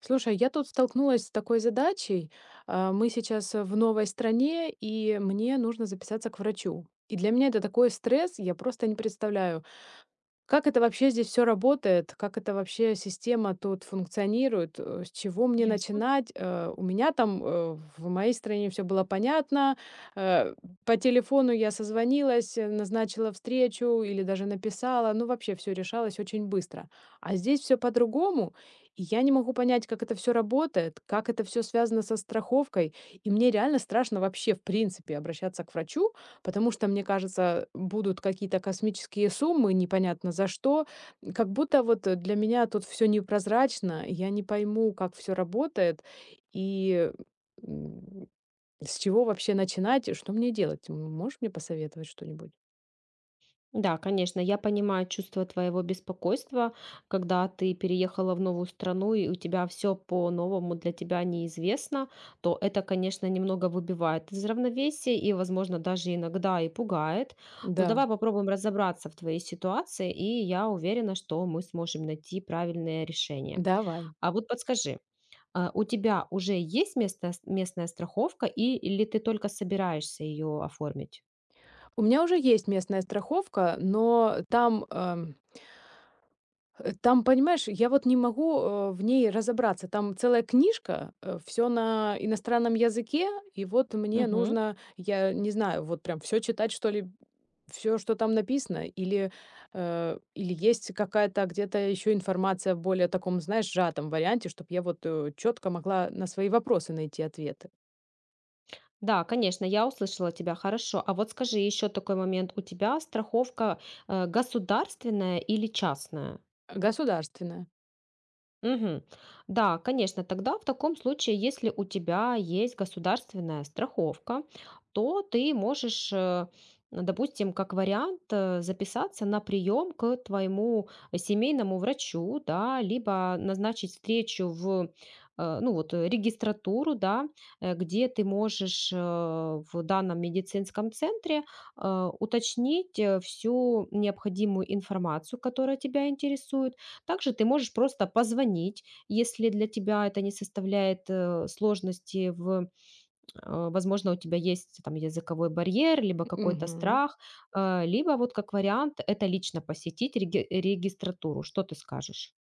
Слушай, я тут столкнулась с такой задачей. Мы сейчас в новой стране, и мне нужно записаться к врачу. И для меня это такой стресс, я просто не представляю, как это вообще здесь все работает? Как это вообще система тут функционирует? С чего мне Ясно. начинать? У меня там, в моей стране все было понятно. Э, по телефону я созвонилась, назначила встречу или даже написала. Ну, вообще все решалось очень быстро. А здесь все по-другому, и я не могу понять, как это все работает, как это все связано со страховкой. И мне реально страшно вообще, в принципе, обращаться к врачу, потому что, мне кажется, будут какие-то космические суммы, непонятно за что. Как будто вот для меня тут все непрозрачно, я не пойму, как все работает и м, с чего вообще начинать, и что мне делать. Можешь мне посоветовать что-нибудь? Да, конечно, я понимаю чувство твоего беспокойства, когда ты переехала в новую страну и у тебя все по-новому, для тебя неизвестно, то это, конечно, немного выбивает из равновесия и, возможно, даже иногда и пугает. Но Да, давай попробуем разобраться в твоей ситуации, и я уверена, что мы сможем найти правильное решение. давай. А вот подскажи, а у тебя уже есть местная страховка и, или ты только собираешься ее оформить? У меня уже есть местная страховка, но там там, понимаешь, я вот не могу, в ней разобраться. Там целая книжка, все на иностранном языке, и вот мне нужно, я не знаю, вот прям все читать, что ли, все, что там написано, или, или есть какая-то где-то еще информация в более таком, знаешь, сжатом варианте, чтобы я вот четко могла на свои вопросы найти ответы. Да, конечно, я услышала тебя, хорошо. А вот скажи еще такой момент, у тебя страховка, государственная или частная? Государственная. Мгм. Да, конечно, тогда в таком случае, если у тебя есть государственная страховка, то ты можешь, допустим, как вариант, записаться на прием к твоему семейному врачу, да, либо назначить встречу в, ну вот, регистратуру, да, где ты можешь в данном медицинском центре уточнить всю необходимую информацию, которая тебя интересует. Также ты можешь просто позвонить, если для тебя это не составляет, сложности в, возможно, у тебя есть там языковой барьер, либо какой-то страх, либо вот как вариант — это лично посетить регистратуру. Что ты скажешь?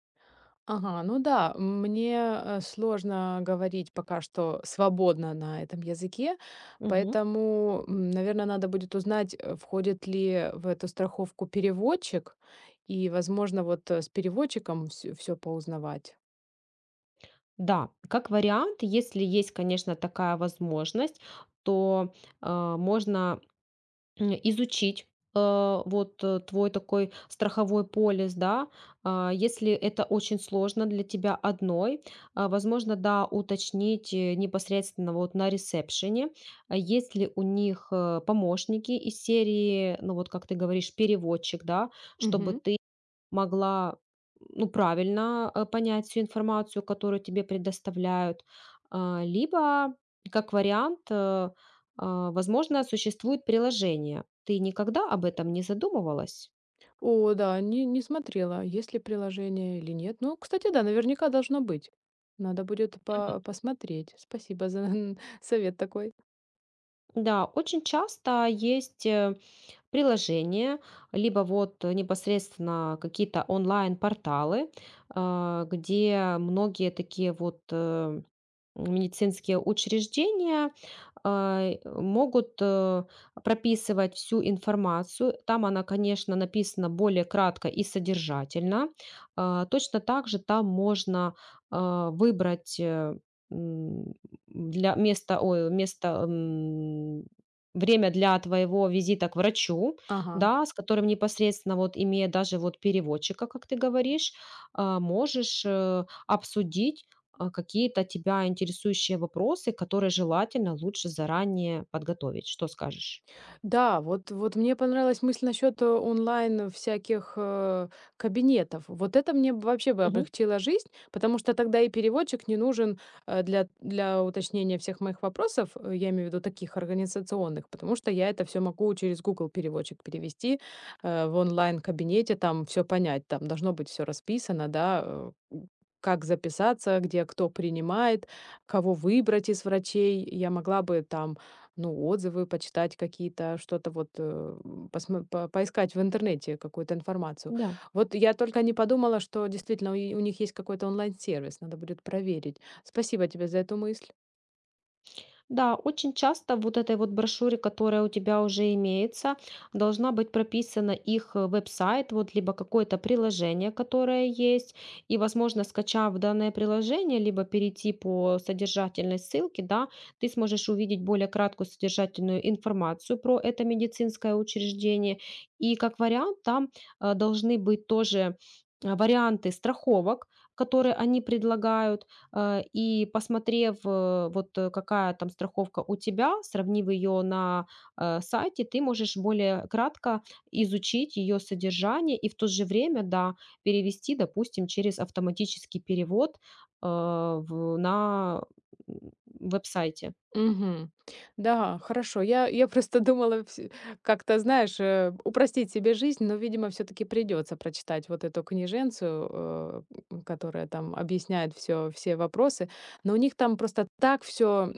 Ага, ну да, мне сложно говорить пока что свободно на этом языке, Мгм. поэтому, наверное, надо будет узнать, входит ли в эту страховку переводчик, и, возможно, вот, с переводчиком все поузнавать. Да, как вариант, если есть, конечно, такая возможность, то, можно изучить, вот, твой такой страховой полис, да. А если это очень сложно для тебя одной, а, возможно, да, уточнить, непосредственно вот на ресепшене, а есть ли у них, помощники из серии, ну, вот как ты говоришь, переводчик, да, чтобы Мгм. ты могла, ну, правильно, понять всю информацию, которую тебе предоставляют. А либо, как вариант, а, возможно, существует приложение. Ты никогда об этом не задумывалась? О да, не смотрела, есть ли приложение или нет. Ну, кстати, да, наверняка должно быть. Надо будет Мгм. по посмотреть. Спасибо за совет такой. Да, очень часто есть приложения, либо вот непосредственно какие-то онлайн-порталы, а, где многие такие вот медицинские учреждения а, могут прописывать всю информацию. Там она, конечно, написана более кратко и содержательно. А точно так же там можно а, выбрать м, для места, ой, место, время для твоего визита к врачу, Ага. да, с которым непосредственно вот, имея даже вот переводчика, как ты говоришь, а, можешь обсудить а, какие-то тебя интересующие вопросы, которые желательно лучше заранее подготовить. Что скажешь? Да, вот мне понравилась мысль насчет, э, онлайн всяких, э, кабинетов. Вот это мне б вообще бы Мгм. облегчило жизнь, потому что тогда и переводчик не нужен, для уточнения всех моих вопросов, я имею в виду таких организационных, потому что я это все могу через Google переводчик перевести, в онлайн-кабинете, там все понять, там должно быть все расписано, да, как записаться, где кто принимает, кого выбрать из врачей. Я могла бы там, ну, отзывы почитать какие-то, что-то вот поискать в интернете какую-то информацию. Да. Вот я только не подумала, что действительно у них есть какой-то онлайн-сервис, надо будет проверить. Спасибо тебе за эту мысль. Да, очень часто вот этой вот брошюре, которая у тебя уже имеется, должна быть прописана их веб-сайт, вот либо какое-то приложение, которое есть, и, возможно, скачав данное приложение, либо перейти по содержательной ссылке, да, ты сможешь увидеть более краткую содержательную информацию про это медицинское учреждение. И как вариант, там должны быть тоже варианты страховок, которые они предлагают. И посмотрев, вот, какая там страховка у тебя, сравнив ее на, сайте, ты можешь более кратко изучить ее содержание и в то же время, да, перевести, допустим, через автоматический перевод, в на, м, веб-сайте. Мгм. Да, хорошо. Я просто думала вс как-то, знаешь, упростить себе жизнь, но, видимо, все таки придется прочитать вот эту книженцию, которая там объясняет все вопросы. Но у них там просто так все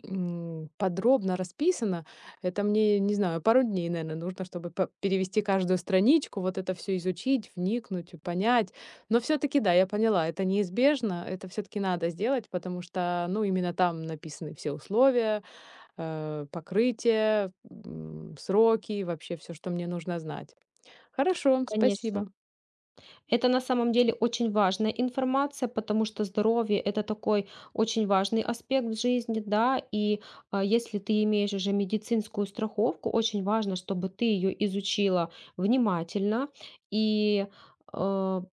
подробно расписано. Это мне, не знаю, пару дней, наверное, нужно, чтобы п перевести каждую страничку, вот это все изучить, вникнуть и понять. Но все таки да, я поняла, это неизбежно, это все таки надо сделать, потому что, ну, именно там написаны все условия, покрытие, сроки, вообще все, что мне нужно знать. Хорошо, Конечно. спасибо. Это на самом деле очень важная информация, потому что здоровье — это такой очень важный аспект в жизни, да, и а, если ты имеешь уже медицинскую страховку, очень важно, чтобы ты ее изучила внимательно, и в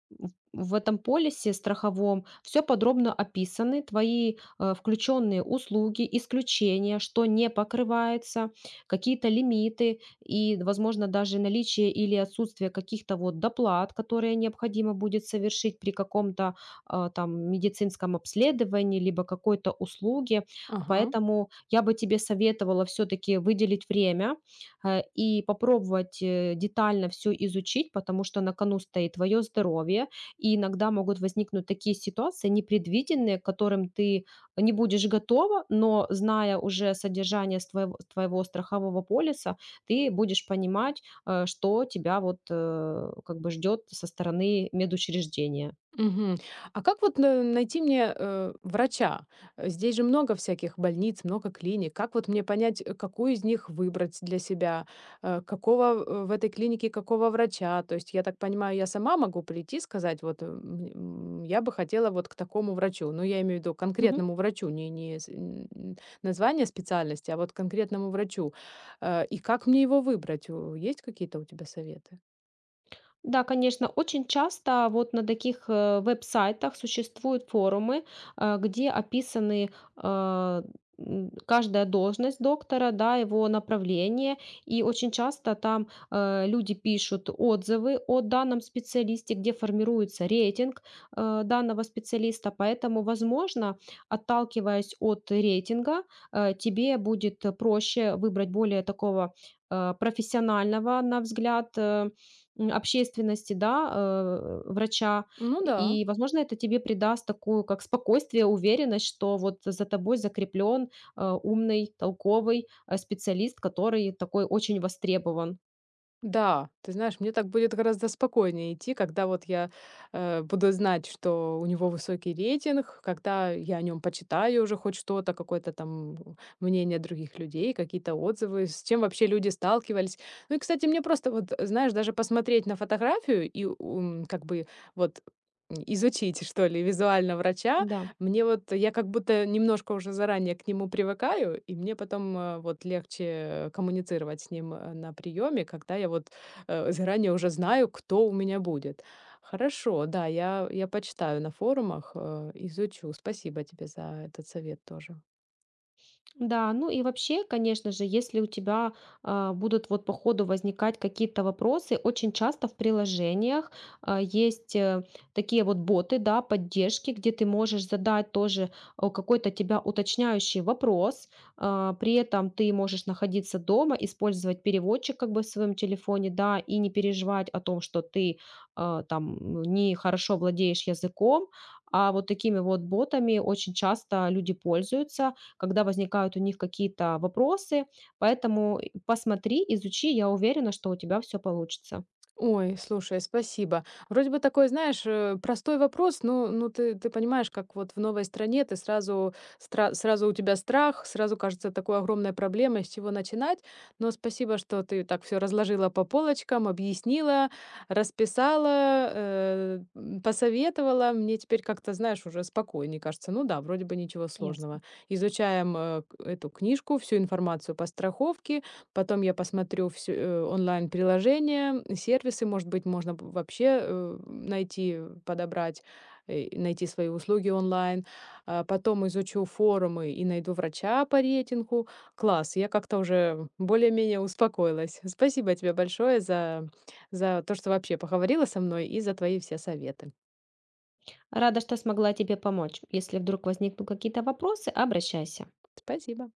этом полисе страховом все подробно описаны: твои включенные услуги, исключения, что не покрывается, какие-то лимиты, и, возможно, даже наличие или отсутствие каких-то вот доплат, которые необходимо будет совершить при каком-то а, там медицинском обследовании, либо какой-то услуге. Ага. Поэтому я бы тебе советовала все-таки выделить время и попробовать детально все изучить, потому что на кону стоит твое здоровье, и иногда могут возникнуть такие ситуации непредвиденные, к которым ты не будешь готова, но зная уже содержание с твоего страхового полиса, ты будешь понимать, что тебя вот, как бы ждет со стороны медучреждения. Мгм. А как вот на найти мне, э, врача? Здесь же много всяких больниц, много клиник. Как вот мне понять, э, какую из них выбрать для себя? В этой клинике какого врача? То есть, я так понимаю, я сама могу прийти и сказать: "Вот, я бы хотела вот к такому врачу". Ну, я имею в виду Мгм. конкретному врачу, не не с н н название специальности, а вот конкретному врачу. И как мне его выбрать? У есть какие-то у тебя советы? Да, конечно, очень часто вот на таких веб-сайтах существуют форумы, где описаны э, каждая должность доктора, да, его направление, и очень часто там люди пишут отзывы о данном специалисте, где формируется рейтинг данного специалиста, поэтому, возможно, отталкиваясь от рейтинга, тебе будет проще выбрать более такого профессионального, на взгляд, общественности, да, врача. Ну да. И, возможно, это тебе придаст такую, как спокойствие, уверенность, что вот за тобой закреплен умный, толковый специалист, который такой очень востребован. Да, ты знаешь, мне так будет гораздо спокойнее идти, когда вот я, э, буду знать, что у него высокий рейтинг, когда я о нем почитаю уже хоть что-то, какое-то там мнение других людей, какие-то отзывы, с чем вообще люди сталкивались. Ну и, кстати, мне просто вот, знаешь, даже посмотреть на фотографию и, как бы вот, изучить, что ли, визуально врача, Да. мне вот, я как будто немножко уже заранее к нему привыкаю, и мне потом, вот легче коммуницировать с ним, на приеме, когда я вот, заранее уже знаю, кто у меня будет. Хорошо, да, я почитаю на форумах, изучу. Спасибо тебе за этот совет тоже. Да, ну и вообще, конечно же, если у тебя а, будут вот по ходу возникать какие-то вопросы, очень часто в приложениях а, есть такие вот боты, да, поддержки, где ты можешь задать тоже какой-то тебя уточняющий вопрос, а, при этом ты можешь находиться дома, использовать переводчик как бы в своем телефоне, да, и не переживать о том, что ты а, там не хорошо владеешь языком, а вот такими вот ботами очень часто люди пользуются, когда возникают у них какие-то вопросы. Поэтому посмотри, изучи, я уверена, что у тебя все получится. Ой, слушай, спасибо. Вроде бы такой, знаешь, простой вопрос, но ну ты понимаешь, как вот в новой стране ты сразу, сразу у тебя страх, сразу кажется такой огромной проблемой, с чего начинать. Но спасибо, что ты так все разложила по полочкам, объяснила, расписала, посоветовала. Мне теперь как-то, знаешь, уже спокойнее кажется. Ну да, вроде бы ничего сложного. Ясно. Изучаем эту книжку, всю информацию по страховке. Потом я посмотрю всё, э, онлайн-приложения, сервисы, может быть, можно б вообще, э, найти, э, подобрать, найти свои услуги онлайн. А потом изучу форумы и найду врача по рейтингу. Класс, я как-то уже более-менее успокоилась. Спасибо тебе большое за то, что вообще поговорила со мной и за твои все советы. Рада, что смогла тебе помочь. Если вдруг возникнут какие-то вопросы, обращайся. Спасибо.